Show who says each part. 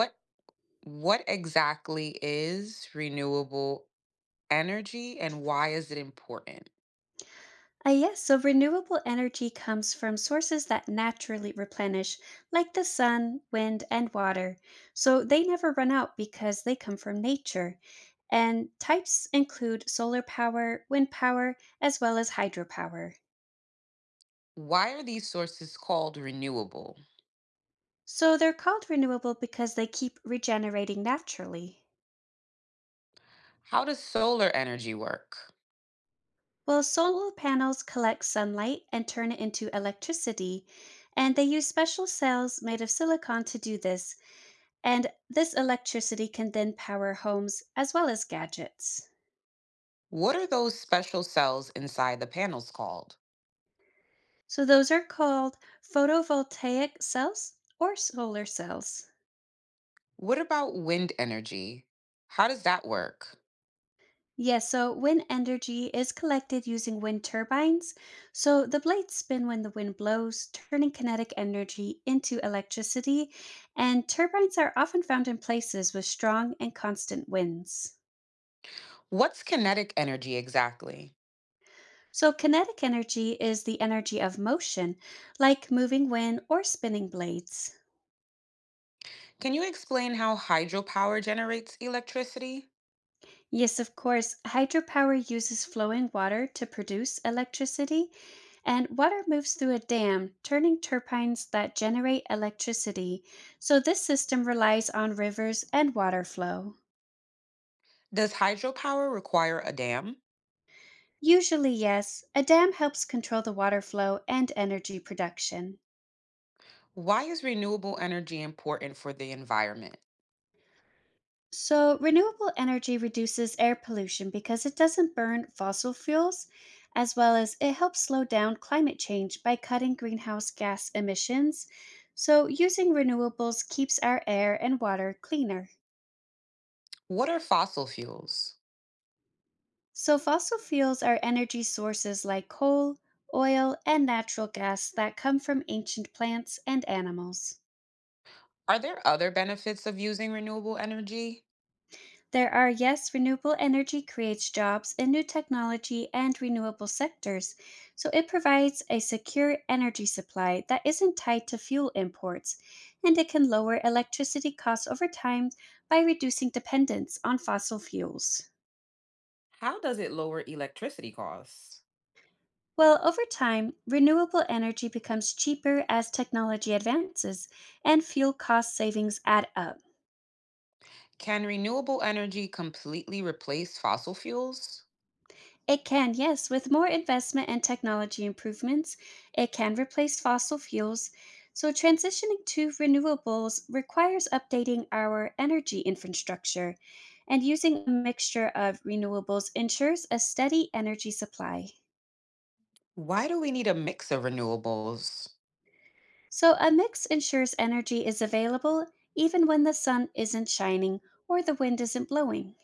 Speaker 1: What what exactly is renewable energy and why is it important?
Speaker 2: Yes, so renewable energy comes from sources that naturally replenish, like the sun, wind, and water. So they never run out because they come from nature. And types include solar power, wind power, as well as hydropower.
Speaker 1: Why are these sources called renewable?
Speaker 2: So they're called renewable because they keep regenerating naturally.
Speaker 1: How does solar energy work?
Speaker 2: Well, solar panels collect sunlight and turn it into electricity, and they use special cells made of silicon to do this. And this electricity can then power homes as well as gadgets.
Speaker 1: What are those special cells inside the panels called?
Speaker 2: So those are called photovoltaic cells or solar cells.
Speaker 1: What about wind energy? How does that work?
Speaker 2: Yes, so wind energy is collected using wind turbines. So the blades spin when the wind blows, turning kinetic energy into electricity. And turbines are often found in places with strong and constant winds.
Speaker 1: What's kinetic energy exactly?
Speaker 2: So kinetic energy is the energy of motion, like moving wind or spinning blades.
Speaker 1: Can you explain how hydropower generates electricity?
Speaker 2: Yes, of course. Hydropower uses flowing water to produce electricity, and water moves through a dam, turning turbines that generate electricity. So, this system relies on rivers and water flow.
Speaker 1: Does hydropower require a dam?
Speaker 2: Usually, yes, a dam helps control the water flow and energy production.
Speaker 1: Why is renewable energy important for the environment?
Speaker 2: So, renewable energy reduces air pollution because it doesn't burn fossil fuels, as well as it helps slow down climate change by cutting greenhouse gas emissions. So, using renewables keeps our air and water cleaner.
Speaker 1: What are fossil fuels?
Speaker 2: So, fossil fuels are energy sources like coal, oil, and natural gas that come from ancient plants and animals.
Speaker 1: Are there other benefits of using renewable energy?
Speaker 2: There are, yes, renewable energy creates jobs in new technology and renewable sectors, so it provides a secure energy supply that isn't tied to fuel imports, and it can lower electricity costs over time by reducing dependence on fossil fuels.
Speaker 1: How does it lower electricity costs?
Speaker 2: Well, over time, renewable energy becomes cheaper as technology advances and fuel cost savings add up.
Speaker 1: Can renewable energy completely replace fossil fuels?
Speaker 2: It can, yes. With more investment and technology improvements, it can replace fossil fuels. So, transitioning to renewables requires updating our energy infrastructure, and using a mixture of renewables ensures a steady energy supply.
Speaker 1: Why do we need a mix of renewables?
Speaker 2: So, a mix ensures energy is available even when the sun isn't shining or the wind isn't blowing.